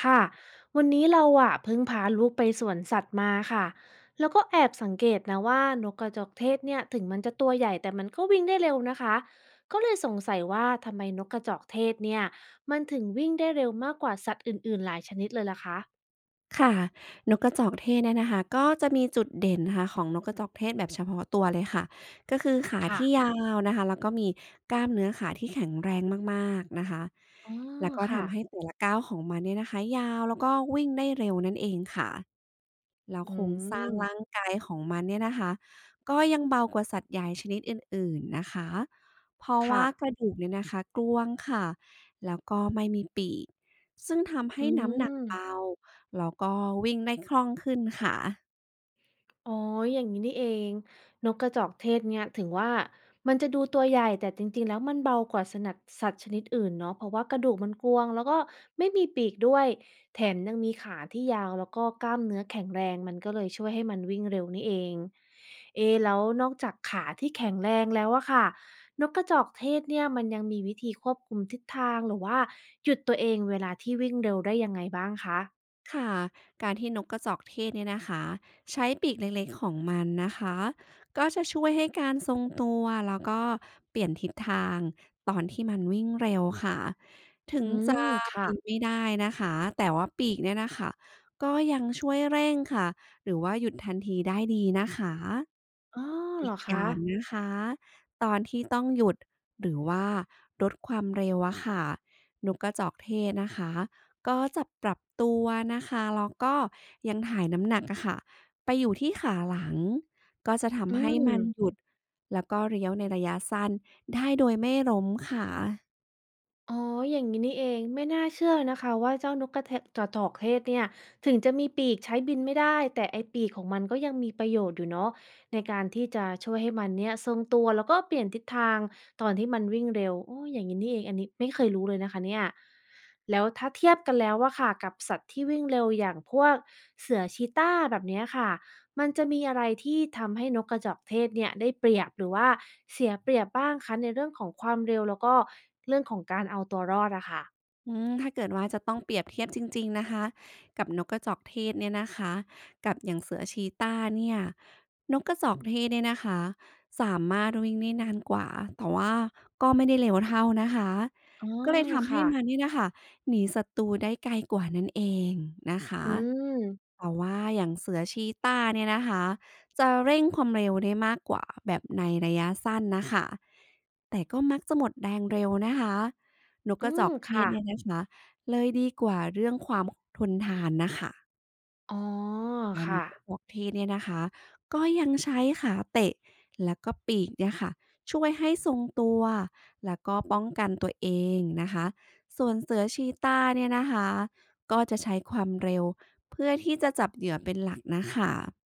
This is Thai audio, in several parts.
ค่ะ วันนี้เราอะเพิ่งพาลูกไปสวนสัตว์มาค่ะ แล้วก็แอบสังเกตนะว่านกกระจอกเทศเนี่ยถึงมันจะตัวใหญ่แต่มันก็วิ่งได้เร็วนะคะก็เลยสงสัยว่าทำไมนกกระจอกเทศเนี่ยมันถึงวิ่งได้เร็วมากกว่าสัตว์อื่นๆหลายชนิดเลยล่ะคะค่ะนกกระจอกเทศเนี่ยนะคะก็จะมีจุดเด่นนะคะของนกกระจอกเทศแบบเฉพาะตัวเลยค่ะก็คือขาค่ะที่ยาวนะคะแล้วก็มีกล้ามเนื้อขาที่แข็งแรงมากๆนะคะอ๋อแล้วก็ค่ะทำให้แต่ละก้าวของมันเนี่ยนะคะยาวแล้วก็วิ่งได้เร็วนั่นเองค่ะแล้วอืโครงสร้างมร่างกายของมันเนี่ยนะคะก็ยังเบากว่าสัตว์ใหญ่ชนิดอื่นๆนะคะเพราะค่ะว่ากระดูกเนี่ยนะคะกลวงค่ะแล้วก็ไม่มีปีกซึ่งทำอืให้น้ำหนักเบา ม แล้วก็วิ่งได้คล่องขึ้นค่ะ อ๋ออย่างงี้นี่เอง นกกระจอกเทศเนี่ยถึงว่ามันจะดูตัวใหญ่แต่จริงๆแล้วมันเบากว่าสนัดสัตว์ชนิดอื่นเนาะเพราะว่ากระดูกมันกรวางแล้วก็ไม่มีปีกด้วยแถมยังมีขาที่ยาวแล้วก็กล้ามเนื้อแข็งแรงมันก็เลยช่วยให้มันวิ่งเร็วนี่เองเอะแล้วนอกจากขาที่แข็งแรงแล้วอะค่ะนกกระจอกเทศเนี่ยมันยังมีวิธีควบคุมทิศทางหรือว่าหยุดตัวเองเวลาที่วิ่งเร็วได้ยังไงบ้างคะค่ะการที่นกกระจอกเทศเนี่ยนะคะใช้ปีกเล็กๆของมันนะคะก็จะช่วยให้การทรงตัวแล้วก็เปลี่ยนทิศทางตอนที่มันวิ่งเร็วค่ะถึงอืจะมค่ะบินไม่ได้นะคะแต่ว่าปีกเนี่ยนะคะก็ยังช่วยเร่งค่ะหรือว่าหยุดทันทีได้ดีนะคะอ๋อเหอีรกออคะย่างนะคะตอนที่ต้องหยุดหรือว่าลดความเร็วอะค่ะนกกระจอกเทศนะคะ ก็จะปรับตัวนะคะ แล้วก็ยังถ่ายน้ำหนักอะค่ะ ไปอยู่ที่ขาหลัง ก็จะอืทำให้ม มันหยุด แล้วก็เลี้ยวในระยะสั้นได้โดยไม่ล้มค่ะ อ๋ออย่างนี้นี่เองไม่น่าเชื่อนะคะว่าเจ้านกกระเทะกอะจอกเทศเนี่ย ถึงจะมีปีกใช้บินไม่ได้ แต่ไอปีกของมันก็ยังมีประโยชน์อยู่เนาะในการที่จะช่วยให้มันเนี่ยทรงตัวแล้วก็เปลี่ยนทิศทางตอนที่มันวิ่งเร็วโอ้อย่างนี้นี่เองอันนี้ไม่เคยรู้เลยนะคะเนี่ยแล้วถ้าเทียบกันแล้วอะค่ะกับสัตว์ที่วิ่งเร็วอย่างพวกเสือชีต้าแบบเนี้ยค่ะ มันจะมีอะไรที่ทำให้นกกระจอกเทศเนี่ยได้เปรียบหรือว่าเสียเปรียบบ้างคะในเรื่องของความเร็วแล้วก็เรื่องของการเอาตัวรอดอะค่ะอืมถ้าเกิดว่าจะต้องเปรียบเทียบจริงๆนะคะกับนกกระจอกเทศเนี่ยนะคะกับอย่างเสือชีตาเนี่ยนกกระจอกเทศเนี่ยนะคะสามารถวิ่งได้นานกว่าแต่ว่าก็ไม่ได้เร็วเท่านะคะอ๋อก็เลยทำให้มันค่ะ เนี่ยนะคะหนีศัตรูได้ไกลกว่านั่นเองนะคอืะม แต่ว่าอย่างเสือชีตาเนี่ยนะคะจะเร่งความเร็วได้มากกว่าแบบในระยะสั้นนะคะแต่ก็มักจะหมดแรงเร็วนะคะ นกอืกระจมอกเทศค่ะเนี่ยนะคะเลยดีกว่าเรื่องความทนทานน่ะค่ะอ๋อแล้วนค่ะ กกระจอกเทศเนี่ยนะคะก็ยังใช้ขาเตะแล้วก็ปีกเนี่ยค่ะช่วยให้ทรงตัวแล้วก็ป้องกันตัวเองนะคะส่วนเสือชีตาห์เนี่ยนะคะก็จะใช้ความเร็วเพื่อที่จะจับเหยื่อเป็นหลักน่ะค่ะ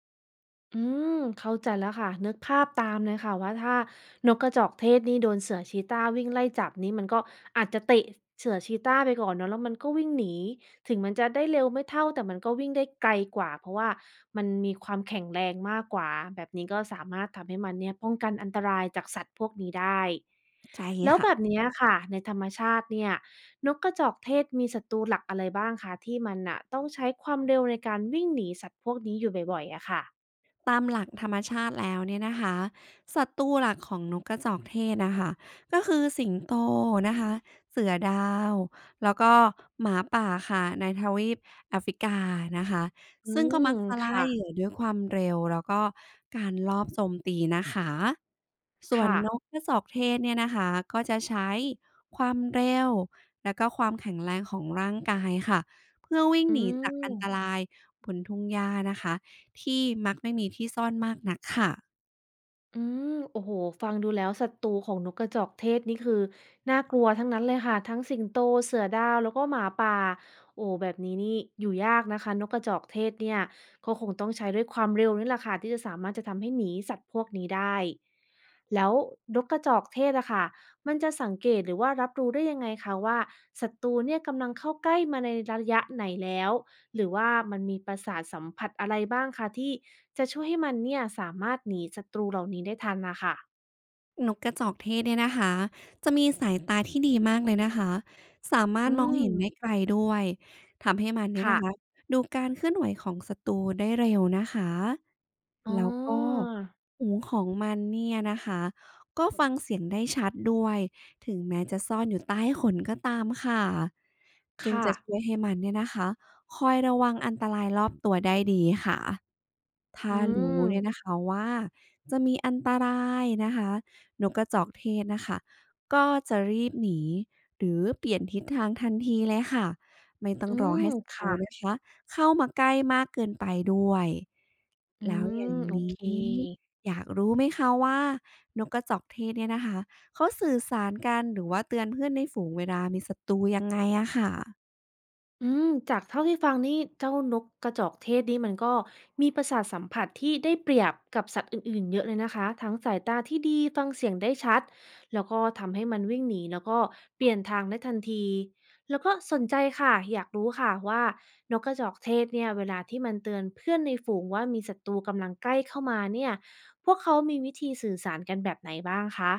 อืมเข้าใจแล้วค่ะนึกภาพตามเลยค่ะว่าถ้านกกระจอกเทศนี่โดนเสือชีต้าวิ่งไล่จับนี่มันก็อาจจะเตะเสือชีต้าไปก่อนเนาะแล้วมันก็วิ่งหนีถึงมันจะได้เร็วไม่เท่าแต่มันก็วิ่งได้ไกลกว่าเพราะว่ามันมีความแข็งแรงมากกว่าแบบนี้ก็สามารถทำให้มันเนี่ยป้องกันอันตรายจากสัตว์พวกนี้ได้ใช่แล้วแบค่ะ บเนี้ยค่ะในธรรมชาติเนี่ยนกกระจอกเทศมีศัตรูหลักอะไรบ้างคะที่มันน่ะต้องใช้ความเร็วในการวิ่งหนีสัตว์พวกนี้อยู่บ่อยๆอะค่ะ ตามหลักธรรมชาติแล้วเนี่ยนะคะศัตรูหลักของนกกระจอกเทศนะคะก็คือสิงโตนะคะเสือดาวแล้วก็หมาป่าค่ะในทวีปแอฟริกานะคะอืซึ่งก็ม มักจะล่าค่ะ เหยื่อด้วยความเร็วแล้วก็การลอบโจมตีนะคะส่วนค่ะ นกกระจอกเทศเนี่ยนะคะก็จะใช้ความเร็วแล้วก็ความแข็งแรงของร่างกายค่ะเพื่อวิ่งอืหนีจากอันตม รายบนทุ่งหญ้านะคะ ที่มักไม่มีที่ซ่อนมากนักค่ะอืมโอ้โฮฟังดูแล้วศัตรูของนกกระจอกเทศนี่คือน่ากลัวทั้งนั้นเลยค่ะทั้งสิงโตเสือดาวแล้วก็หมาป่าโอ้แบบนี้นี่อยู่ยากนะคะนกกระจอกเทศเนี่ยก็คงต้องใช้ด้วยความเร็วนี่แหละค่ะที่จะสามารถจะทำให้หนีสัตว์พวกนี้ได้แล้วนกกระจอกเทศอะค่ะมันจะสังเกตหรือว่ารับรู้ได้ยังไงคะว่าศัตรูเนี่ยกำลังเข้าใกล้มาในระยะไหนแล้วหรือว่ามันมีประสาทสัมผัสอะไรบ้างคะที่ จะช่วยให้มันเนี่ยสามารถหนีศัตรูเหล่านี้ได้ทันน่ะค่ะนกกระจอกเทศเนี่ยนะคะจะมีสายตาที่ดีมากเลยนะคะสามารอืถมองม เห็นได้ไกลด้วยทำให้มันเนี่ยค่ะนะคะดูการเคลื่อนไหวของศัตรูได้เร็วนะคะอ๋อแล้วก็หูของมันเนี่ยนะคะก็ฟังเสียงได้ชัดด้วย ถึงแม้จะซ่อนอยู่ใต้ขนก็ตามค่ะจึงค่ะ จะช่วยให้มันเนี่ยนะคะคอยระวังอันตรายรอบตัวได้ดีค่ะ อืถ้ารู้ม เนี่ยนะคะว่าจะมีอันตรายนะคะนกกระจอกเทศนะคะก็จะรีบหนีหรือเปลี่ยนทิศทางทันทีเลยค่ะไม่ต้ออืงรอม ให้ศัตรูค่ะ นะคะเข้ามาใกล้มากเกินไปด้วยอืแล้วอม ย่างโอนี้เค อยากรู้ไหมคะว่านกกระจอกเทศเนี่ยนะคะเขาสื่อสารกันหรือว่าเตือนเพื่อนในฝูงเวลามีศัตรูยังไงอะค่ะ อืมจากเท่าที่ฟังนี่เจ้านกกระจอกเทศนี่มันก็มีประสาทสัมผัสที่ได้เปรียบกับสัตว์อื่นๆเยอะเลยนะคะทั้งสายตาที่ดีฟังเสียงได้ชัดแล้วก็ทำให้มันวิ่งหนีแล้วก็เปลี่ยนทางได้ทันทีแล้วก็สนใจค่ะอยากรู้ค่ะว่านกกระจอกเทศเนี่ยเวลาที่มันเตือนเพื่อนในฝูงว่ามีศัตรูกำลังใกล้เข้ามาเนี่ยพวกเขามีวิธีสื่อสารกันแบบไหนบ้างคะ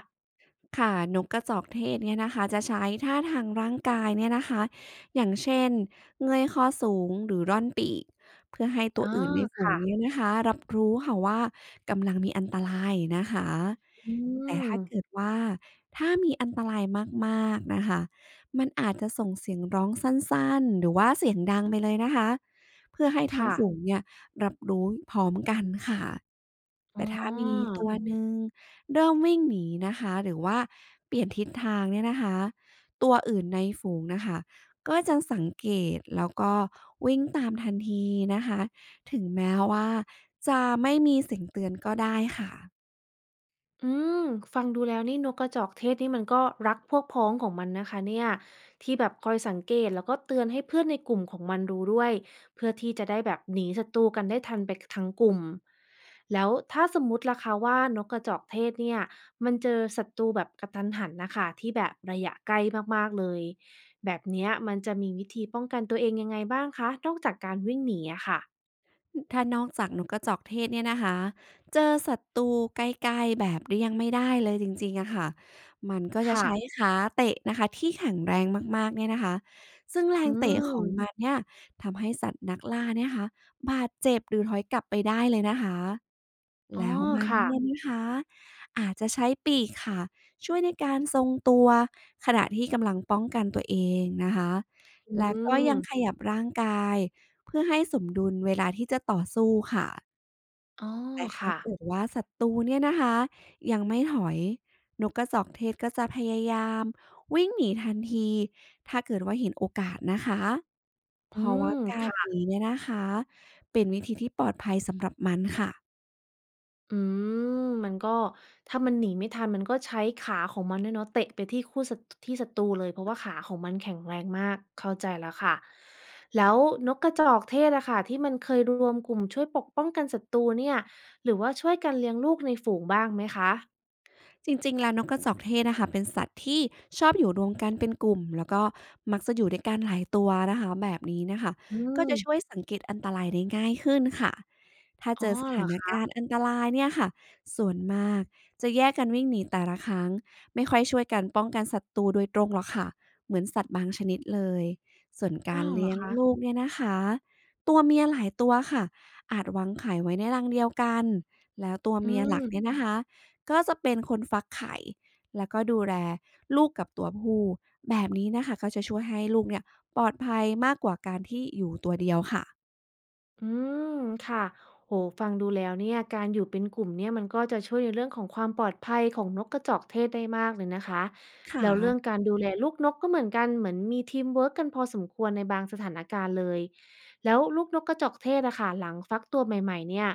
ค่ะนกกระจอกเทศเนี่ยนะคะจะใช้ท่าทางร่างกายเนี่ยนะคะอย่างเช่นเงยคอสูงหรือร่อนปีกเพื่อให้ตัอวออื่นในฝูงค่ะเนี่ยนะคะรับรู้ค่ะว่ากำลังมีอันตรายนะคะอืแต่มถ้าเกิดว่าถ้ามีอันตรายมากๆนะคะมันอาจจะส่งเสียงร้องสั้นๆหรือว่าเสียงดังไปเลยนะคะเพื่อให้ทั้งค่ะฝูงเนี่ยรับรู้พร้อมกันค่ะอ๋อ แต่ถ้ามีตัวหนึ่ง เริ่มวิ่งหนีนะคะหรือว่าเปลี่ยนทิศทางเนี่ยนะคะตัวอื่นในฝูงนะคะก็จะสังเกตแล้วก็วิ่งตามทันทีนะคะถึงแม้ว่าจะไม่มีเสียงเตือนก็ได้ค่ะ อืมฟังดูแล้วนี่นกกระจอกเทศนี่มันก็รักพวกพ้องของมันนะคะเนี่ยที่แบบคอยสังเกตแล้วก็เตือนให้เพื่อนในกลุ่มของมันรู้ด้วยเพื่อที่จะได้แบบหนีศัตรูกันได้ทันไปทั้งกลุ่มแล้วถ้าสมมุติล่ะคะว่านกกระจอกเทศเนี่ยมันเจอศัตรูแบบกระทันหันนะคะที่แบบระยะใกล้มากๆเลยแบบเนี้ยมันจะมีวิธีป้องกันตัวเองยังไงบ้างคะนอกจากการวิ่งหนีอะค่ะถ้านอกจากนกกระจอกเทศเนี่ยนะคะเจอศัตรูไกลๆแบบเลี่ยงไม่ได้เลยจริงๆอะค่ะมันก็จะค่ะใช้ขาเตะนะคะที่แข็งแรงมากๆเนี่ยนะคะซึ่งแรอืงเตะของมมันเนี่ยทำให้สัตว์นักล่าเนี่ยนะคะบาดเจ็บหรือถอยกลับไปได้เลยนะคะอ๋อแล้วมันค่ะเนี่ยนะคะอาจจะใช้ปีกค่ะช่วยในการทรงตัวขณะที่กำลังป้องกันตัวเองนะคะอืแล้วก็มยังขยับร่างกาย เพื่อให้สมดุลเวลาที่จะต่อสู้ค่ะ อ๋อแต่ถ้าค่ะ เกิดว่าศัตรูเนี่ยนะคะยังไม่ถอยนกกระจอกเทศก็จะพยายามวิ่งหนีทันที ถ้าเกิดว่าเห็นโอกาสนะคะเพอืราะว่ามการหค่ะนีเนี่ยนะคะเป็นวิธีที่ปลอดภัยสำหรับมันค่ะ อืมมันก็ถ้ามันหนีไม่ทันมันก็ใช้ขาของมันด้วยเนาะเตะไปที่คู่ศัตที่ศัตรูเลยเพราะว่าขาของมันแข็งแรงมากเข้าใจแล้วค่ะแล้วนกกระจอกเทศอะค่ะที่มันเคยรวมกลุ่มช่วยปกป้องกันศัตรูเนี่ยหรือว่าช่วยกันเลี้ยงลูกในฝูงบ้างไหมคะจริงๆแล้วนกกระจอกเทศนะคะเป็นสัตว์ที่ชอบอยู่รวมกันเป็นกลุ่มแล้วก็มักจะอยู่ด้วยกันหลายตัวนะคะแบบนี้นะค่ะอืก็จะช่วมยสังเกตอันตรายได้ง่ายขึ้นค่ะถ้าอ๋อเจอสเหรอถานการคะณ์อันตรายเนี่ยค่ะส่วนมากจะแยกกันวิ่งหนีแต่ละครั้งไม่ค่อยช่วยกันป้องกันศัตรูโดยตรงหรอกค่ะเหมือนสัตว์บางชนิดเลยส่วนกาอ้ารวเหรอเลี้ยงคะลูกเนี่ยนะคะตัวเมียหลายตัวค่ะอาจวางไข่ไว้ในรังเดียวกันแล้วตัวอืเมียหลักเนี่ยม นะคะ ก็จะเป็นคนฟักไข่แล้วก็ดูแลลูกกับตัวผู้แบบนี้นะคะก็จะช่วยให้ลูกเนี่ยปลอดภัยมากกว่าการที่อยู่ตัวเดียวค่ะอืมค่ะโหฮฟังดูแล้วเนี่ยการอยู่เป็นกลุ่มเนี่ยมันก็จะช่วยในเรื่องของความปลอดภัยของนกกระจอกเทศได้มากเลยนะคะคแล้วเรื่อง่ะ การดูแลลูกนกก็เหมือนกันเหมือนมีทีมเวิร์กกันพอสมควรในบางสถานการณ์เลยแล้วลูกนกกระจอกเทศอะค่ะหลังฟักตัวใหม่ๆเนี่ย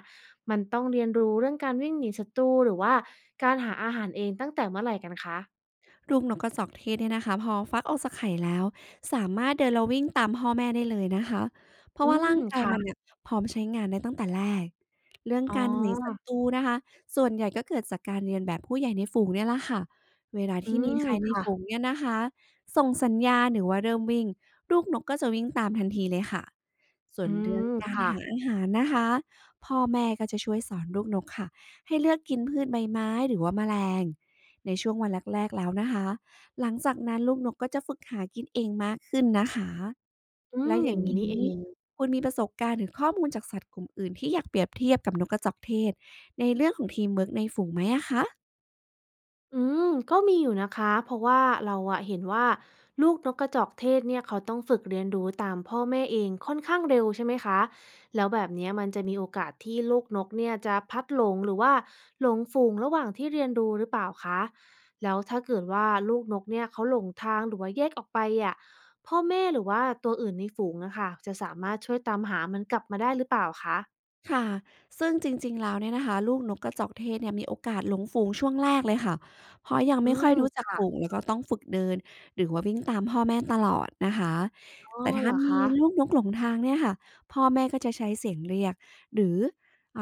มันต้องเรียนรู้เรื่องการวิ่งหนีศัตรูหรือว่าการหาอาหารเองตั้งแต่เมื่อไหร่กันคะลูกนกกระจอกเทศเนี่ยนะคะพอฟักออกจากไข่แล้วสามารถเดินแล้ววิ่งตามพ่อแม่ได้เลยนะคะเพอืราะว่ามร่างกายมันค่ะเนี่ยพร้อมใช้งานได้ตั้งแต่แรกเรื่องอ๋อการหนีศัตรูนะคะส่วนใหญ่ก็เกิดจากการเรียนแบบผู้ใหญ่ในฝูงเนี่ยแหละค่ะเวลาอืที่มีมใครในฝูงค่ะเนี่ยนะคะส่งสัญญาณหรือว่าเริ่มวิ่งลูกนกก็จะวิ่งตามทันทีเลยค่ะส่วอืนเรื่องมการค่ะหาอาหารนะคะพ่อแม่ก็จะช่วยสอนลูกนกค่ะให้เลือกกินพืชใบไม้หรือว่าแมลง ในช่วงวันแรกๆแล้วนะคะหลังจากนั้นลูกนกก็จะฝึกหากินเองมากขึ้นนะคะอืแล้มวออย่าย่างงนงี้นี่เองี้ง คุณมีประสบการณ์หรือข้อมูลจากสัตว์กลุ่มอื่นที่อยากเปรียบเทียบกับนกกระจอกเทศในเรื่องของทีมเวิร์กในฝูงไหมอะคะ อืมก็มีอยู่นะคะเพราะว่าเราอะเห็นว่าลูกนกกระจอกเทศเนี่ยเขาต้องฝึกเรียนรู้ตามพ่อแม่เองค่อนข้างเร็วใช่ไหมคะแล้วแบบเนี้ยมันจะมีโอกาสที่ลูกนกเนี่ยจะพลัดหลงหรือว่าหลงฝูงระหว่างที่เรียนรู้หรือเปล่าคะแล้วถ้าเกิดว่าลูกนกเนี่ยเขาหลงทางหรือว่าแยกออกไปอะพ่อแม่หรือว่าตัวอื่นในฝูงอะค่ะจะสามารถช่วยตามหามันกลับมาได้หรือเปล่าคะค่ะซึ่งจริงๆแล้วเนี่ยนะคะลูกนกกระจอกเทศเนี่ยมีโอกาสหลงฝูงช่วงแรกเลยค่ะเพราะยังอืไม่ค่มอยรู้จักฝูค่ะงแล้วก็ต้องฝึกเดินหรือว่าวิ่งตามพ่อแม่ตลอดนะคะอ๋อแต่เหถ้ารอคะมีลูกนกหลงทางเนี่ยค่ะพ่อแม่ก็จะใช้เสียงเรียกหรืออ่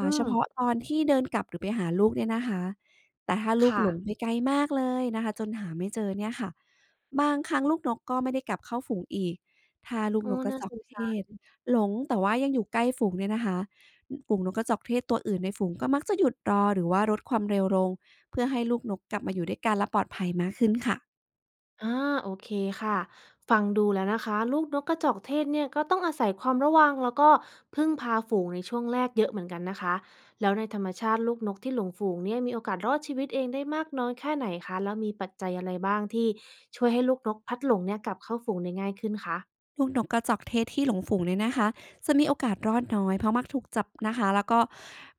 อืาเฉมพาะตอนที่เดินกลับหรือไปหาลูกเนี่ยนะคะแต่ถ้าลูกค่ะหลงไปไกลมากเลยนะคะจนหาไม่เจอเนี่ยค่ะบางครั้งลูกนกก็ไม่ได้กลับเข้าฝูงอีกถ้าลูกโอ้นกกระน่าจสอกน เทศหลงแต่ว่ายังอยู่ใกล้ฝูงเนี่ยนะคะ ฝูงนกกระจอกเทศตัวอื่นในฝูงก็มักจะหยุดรอหรือว่าลดความเร็วลงเพื่อให้ลูกนกกลับมาอยู่ด้วยกันและปลอดภัยมากขึ้นค่ะ อาโอเคค่ะฟังดูแล้วนะคะลูกนกกระจอกเทศเนี่ยก็ต้องอาศัยความระวังแล้วก็พึ่งพาฝูงในช่วงแรกเยอะเหมือนกันนะคะแล้วในธรรมชาติลูกนกที่หลงฝูงเนี่ยมีโอกาสรอดชีวิตเองได้มากน้อยแค่ไหนคะแล้วมีปัจจัยอะไรบ้างที่ช่วยให้ลูกนกพัดหลงเนี่ยกลับเข้าฝูงได้ง่ายขึ้นคะลูกนกกระจอกเทศที่หลงฝูงเนี่ยนะคะจะมีโอกาสรอดน้อยเพราะมักถูกจับนะคะแล้วก็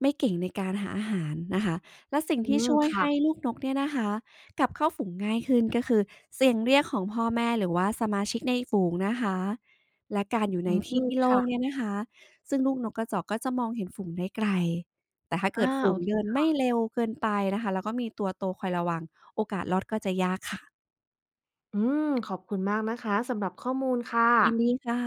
ไม่เก่งในการหาอาหารนะคะและสิ่งอืที่มช่วยให้ค่ะลูกนกเนี่ยนะคะกลับเข้าฝูงง่ายขึ้นก็คือเสียงเรียกของพ่อแม่หรือว่าสมาชิกในฝูงนะคะและการอยู่อืในที่มที่โล่งค่ะเนี่ยนะคะซึ่งลูกนกกระจอกก็จะมองเห็นฝูงได้ไกลแต่ถ้าอาเกิดฝูโองเคเดินไม่เร็วเกินไปนะคะแล้วก็มีตัวโตคอยระวังโอกาสรอดก็จะยากค่ะอืมขอบคุณมากนะคะสำหรับข้อมูลค่ะยินดีค่ะ